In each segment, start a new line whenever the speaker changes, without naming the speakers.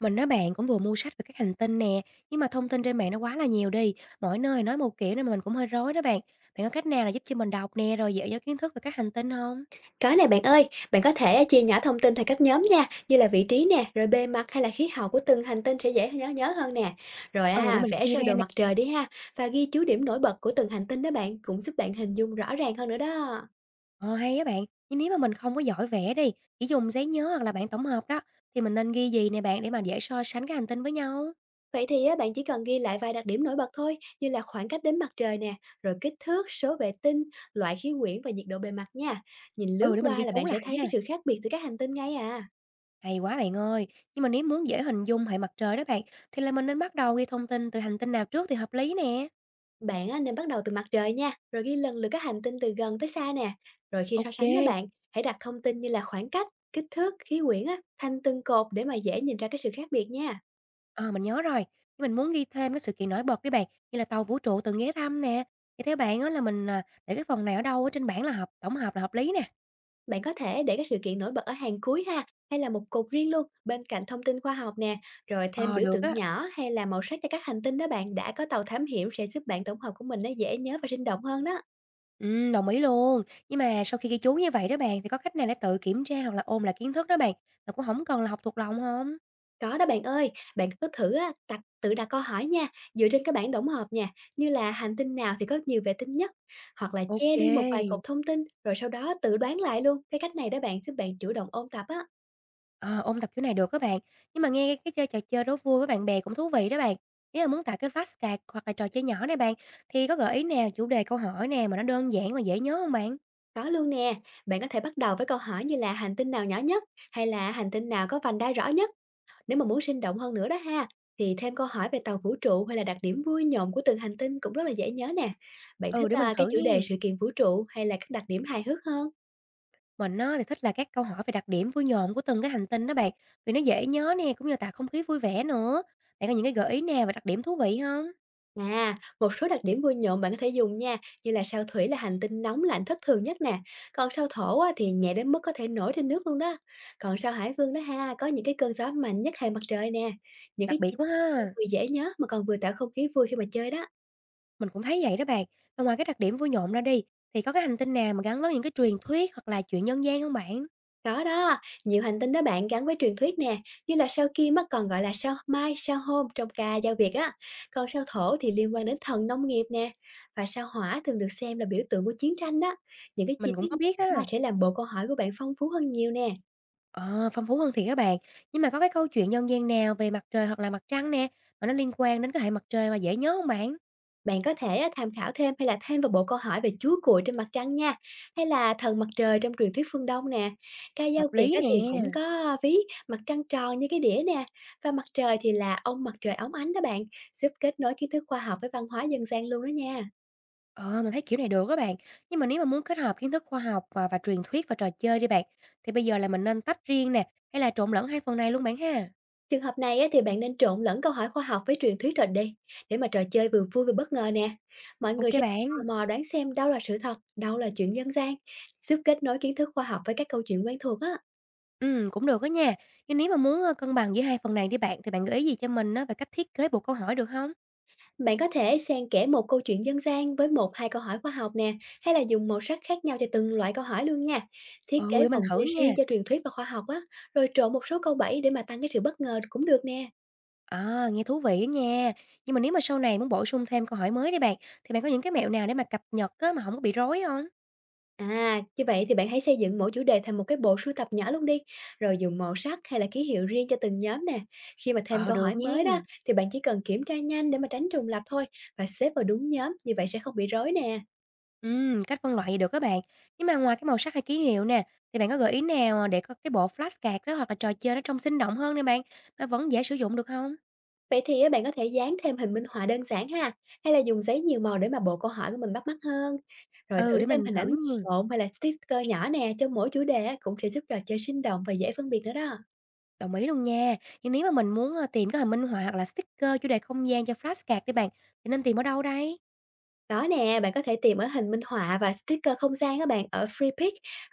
Mình nói bạn cũng vừa mua sách về các hành tinh nè, nhưng mà thông tin trên mạng nó quá là nhiều đi, mỗi nơi nói một kiểu nên mình cũng hơi rối đó bạn. Bạn có cách nào là giúp cho mình đọc nè rồi dễ nhớ kiến thức về các hành tinh không?
Có nè bạn ơi, bạn có thể chia nhỏ thông tin thành các nhóm nha, như là vị trí nè, rồi bề mặt hay là khí hậu của từng hành tinh sẽ dễ nhớ nhớ hơn nè. Rồi
Ừ, để
à,
mình
vẽ
chia
sơ
ra
đồ
nè.
mặt trời đi ha, và ghi chú điểm nổi bật của từng hành tinh đó bạn, cũng giúp bạn hình dung rõ ràng hơn nữa đó.
Ờ hay á bạn, nhưng nếu mà mình không có giỏi vẽ đi, chỉ dùng giấy nhớ hoặc là bảng tổng hợp đó thì mình nên ghi gì nè bạn để mà dễ so sánh các hành tinh với nhau?
Vậy thì á, bạn chỉ cần ghi lại vài đặc điểm nổi bật thôi, như là khoảng cách đến mặt trời nè, rồi kích thước, số vệ tinh, loại khí quyển và nhiệt độ bề mặt nha. Nhìn lướt
Ừ, để mình
qua
ghi
là
chú
bạn sẽ
lại
thấy
ha.
cái sự khác biệt giữa các hành tinh ngay à.
Hay quá bạn ơi, nhưng mà nếu muốn dễ hình dung hệ mặt trời đó bạn thì là mình nên bắt đầu ghi thông tin từ hành tinh nào trước thì hợp lý nè.
Bạn á, nên bắt đầu từ mặt trời nha, rồi ghi lần lượt các hành tinh từ gần tới xa nè. Rồi khi so
Ok.
sánh đó bạn, hãy đặt thông tin như là khoảng cách, kích thước, khí quyển á, thành từng cột để mà dễ nhìn ra cái sự khác biệt nha.
Ờ, mình nhớ rồi, nhưng mình muốn ghi thêm cái sự kiện nổi bật đi bạn, như là tàu vũ trụ từng ghé thăm nè. Thì theo bạn á là để cái phần này ở đâu ở trên bảng là hợp tổng hợp là hợp lý nè?
Bạn có thể để các sự kiện nổi bật ở hàng cuối ha, hay là một cột riêng luôn bên cạnh thông tin khoa học nè, rồi thêm
Ờ,
biểu
được
tượng
á.
nhỏ hay là màu sắc cho các hành tinh đó bạn đã có tàu thám hiểm sẽ giúp bạn tổng hợp của mình nó dễ nhớ và sinh động hơn đó.
Đồng ý luôn. Nhưng mà sau khi ghi chú như vậy đó bạn, thì có cách nào để tự kiểm tra hoặc là ôn lại kiến thức đó bạn, mà cũng không cần là học thuộc lòng không?
Có đó bạn ơi, bạn cứ thử á, tập tự đặt câu hỏi nha, dựa trên cái bảng tổng hợp nha, như là hành tinh nào thì có nhiều vệ tinh nhất, hoặc là
Ok.
che đi một vài cột thông tin, rồi sau đó tự đoán lại luôn. Cái cách này đó bạn giúp bạn chủ động ôn tập á.
Ờ, ôn tập kiểu này được các bạn, nhưng mà nghe cái chơi trò chơi đố vui với bạn bè cũng thú vị đó bạn. Nếu mà muốn tạo cái flashcard hoặc là trò chơi nhỏ này bạn, thì có gợi ý nào chủ đề câu hỏi nè mà nó đơn giản và dễ nhớ không bạn?
Có luôn nè, bạn có thể bắt đầu với câu hỏi như là hành tinh nào nhỏ nhất, hay là hành tinh nào có vành đai rõ nhất. Nếu mà muốn sinh động hơn nữa đó ha, thì thêm câu hỏi về tàu vũ trụ hay là đặc điểm vui nhộn của từng hành tinh cũng rất là dễ nhớ nè. Bạn thích
Ừ, để mình
à, cái
thử
chủ
nha.
đề sự kiện vũ trụ hay là các đặc điểm hài hước hơn?
Mình á thì thích là các câu hỏi về đặc điểm vui nhộn của từng cái hành tinh đó bạn, vì nó dễ nhớ nè, cũng như tạo không khí vui vẻ nữa. Bạn có những cái gợi ý nào về đặc điểm thú vị không?
À, một số đặc điểm vui nhộn bạn có thể dùng nha, như là sao Thủy là hành tinh nóng lạnh thất thường nhất nè. Còn sao Thổ á, thì nhẹ đến mức có thể nổi trên nước luôn đó. Còn sao Hải Vương đó ha, có những cái cơn gió mạnh nhất hệ mặt trời nè. Những cái
Đặc biệt
chi
quá
tiết
ha!
vừa dễ nhớ mà còn vừa tạo không khí vui khi mà chơi đó.
Mình cũng thấy vậy đó bạn. Mà ngoài cái đặc điểm vui nhộn ra đi, thì có cái hành tinh nào mà gắn với những cái truyền thuyết hoặc là chuyện nhân gian không bạn?
Có đó, nhiều hành tinh đó bạn gắn với truyền thuyết nè, như là sao Kim á còn gọi là sao Mai, sao Hôm trong ca dao Việt á. Còn sao Thổ thì liên quan đến thần nông nghiệp nè, và sao Hỏa thường được xem là biểu tượng của chiến tranh đó. Những cái chi
Mình
tiết
cũng có biết
này
á.
sẽ làm bộ câu hỏi của bạn phong phú hơn nhiều nè.
Ờ, phong phú hơn thiệt các bạn. Nhưng mà có cái câu chuyện nhân gian nào về mặt trời hoặc là mặt trăng nè, mà nó liên quan đến cái hệ mặt trời mà dễ nhớ không bạn?
Bạn có thể á, tham khảo thêm hay là thêm vào bộ câu hỏi về Chúa Cuội trên mặt trăng nha, hay là thần mặt trời trong truyền thuyết phương Đông nè. Ca dao
Hợp
Việt
lý
á,
nè.
thì cũng có ví mặt trăng tròn như cái đĩa nè, và mặt trời thì là ông mặt trời óng ánh đó bạn, giúp kết nối kiến thức khoa học với văn hóa dân gian luôn đó nha.
Ờ, mình thấy kiểu này được các bạn. Nhưng mà nếu mà muốn kết hợp kiến thức khoa học và truyền thuyết và trò chơi đi bạn, thì bây giờ là mình nên tách riêng nè, hay là trộn lẫn hai phần này luôn bạn ha?
Trường hợp này á, thì bạn nên trộn lẫn câu hỏi khoa học với truyền thuyết rồi đi, để mà trò chơi vừa vui vừa bất ngờ nè. Mọi người
OK
sẽ
bạn,
tò mò đoán xem đâu là sự thật, đâu là chuyện dân gian, giúp kết nối kiến thức khoa học với các câu chuyện quen thuộc á.
cũng được á nha. Nhưng nếu mà muốn, cân bằng giữa hai phần này đi bạn, thì bạn gợi ý gì cho mình á về cách thiết kế bộ câu hỏi được không?
Bạn có thể xen kẽ một câu chuyện dân gian với một hai câu hỏi khoa học nè, hay là dùng màu sắc khác nhau cho từng loại câu hỏi luôn nha. Thiết
Ừ,
kế
để mình
vòng
thử
chơi riêng
nha.
cho truyền thuyết và khoa học á, rồi trộn một số câu bẫy để mà tăng cái sự bất ngờ cũng được nè.
À, nghe thú vị á nha. Nhưng mà nếu mà sau này muốn bổ sung thêm câu hỏi mới đi bạn, thì bạn có những cái mẹo nào để mà cập nhật á mà không có bị rối không?
À, như vậy thì bạn hãy xây dựng mỗi chủ đề thành một cái bộ sưu tập nhỏ luôn đi, rồi dùng màu sắc hay là ký hiệu riêng cho từng nhóm nè. Khi mà thêm
Ờ,
câu
được
hỏi mới đó,
nha.
thì bạn chỉ cần kiểm tra nhanh để mà tránh trùng lặp thôi và xếp vào đúng nhóm, như vậy sẽ không bị rối nè.
Cách phân loại gì được các bạn. Nhưng mà ngoài cái màu sắc hay ký hiệu nè, thì bạn có gợi ý nào để có cái bộ flashcard đó hoặc là trò chơi nó trông sinh động hơn nè bạn, mà vẫn dễ sử dụng được không?
Vậy thì á, bạn có thể dán thêm hình minh họa đơn giản ha, hay là dùng giấy nhiều màu để mà bộ câu hỏi của mình bắt mắt hơn, rồi
Ừ,
thử
để
thêm
mình
hình
thử
ảnh
nha.
lộn hay là sticker nhỏ nè cho mỗi chủ đề á, cũng sẽ giúp trò chơi sinh động và dễ phân biệt nữa đó.
Đồng ý luôn nha. Nhưng nếu mà mình muốn, tìm cái hình minh họa hoặc là sticker chủ đề không gian cho flashcard đi bạn, thì nên tìm ở đâu đây?
Đó nè, bạn có thể tìm ở hình minh họa và sticker không gian các bạn ở Freepik,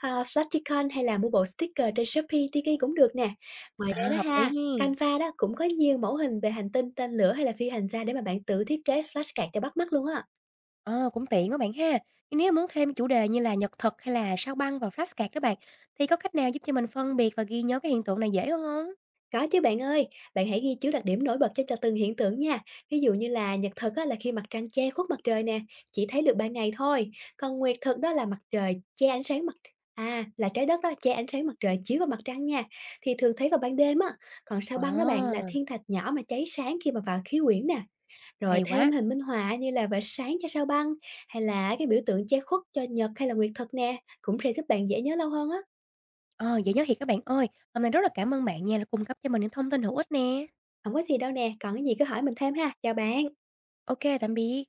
Plasticon hay là mua bộ sticker trên Shopee, Tiki cũng được nè. Ngoài
À,
ra đó
hợp
ha,
lý ha.
Canva đó cũng có nhiều mẫu hình về hành tinh, tên lửa hay là phi hành gia để mà bạn tự thiết kế flashcard cho bắt mắt luôn á.
Ờ, cũng tiện các bạn ha. Nhưng nếu mà muốn thêm chủ đề như là nhật thực hay là sao băng vào flashcard đó bạn, thì có cách nào giúp cho mình phân biệt và ghi nhớ cái hiện tượng này dễ hơn không?
Có chứ bạn ơi, bạn hãy ghi chú đặc điểm nổi bật cho từng hiện tượng nha. Ví dụ như là nhật thực á, là khi mặt trăng che khuất mặt trời nè, chỉ thấy được ban ngày thôi. Còn nguyệt thực đó là mặt trời che ánh sáng mặt à là trái đất đó che ánh sáng mặt trời chiếu vào mặt trăng nha. Thì thường thấy vào ban đêm á. Còn sao băng đó bạn là
Ờ,
thiên thạch nhỏ mà cháy sáng khi mà vào khí quyển nè. Rồi
hay
thêm
quá.
hình minh họa như là vệt sáng cho sao băng hay là cái biểu tượng che khuất cho nhật hay là nguyệt thực nè, cũng sẽ giúp bạn dễ nhớ lâu hơn á.
Ờ, vậy nhớ thiệt các bạn ơi, hôm nay rất là cảm ơn bạn nha, đã cung cấp cho mình những thông tin hữu ích nè.
Không có gì đâu nè, còn cái gì cứ hỏi mình thêm ha. Chào bạn.
Ok, tạm biệt.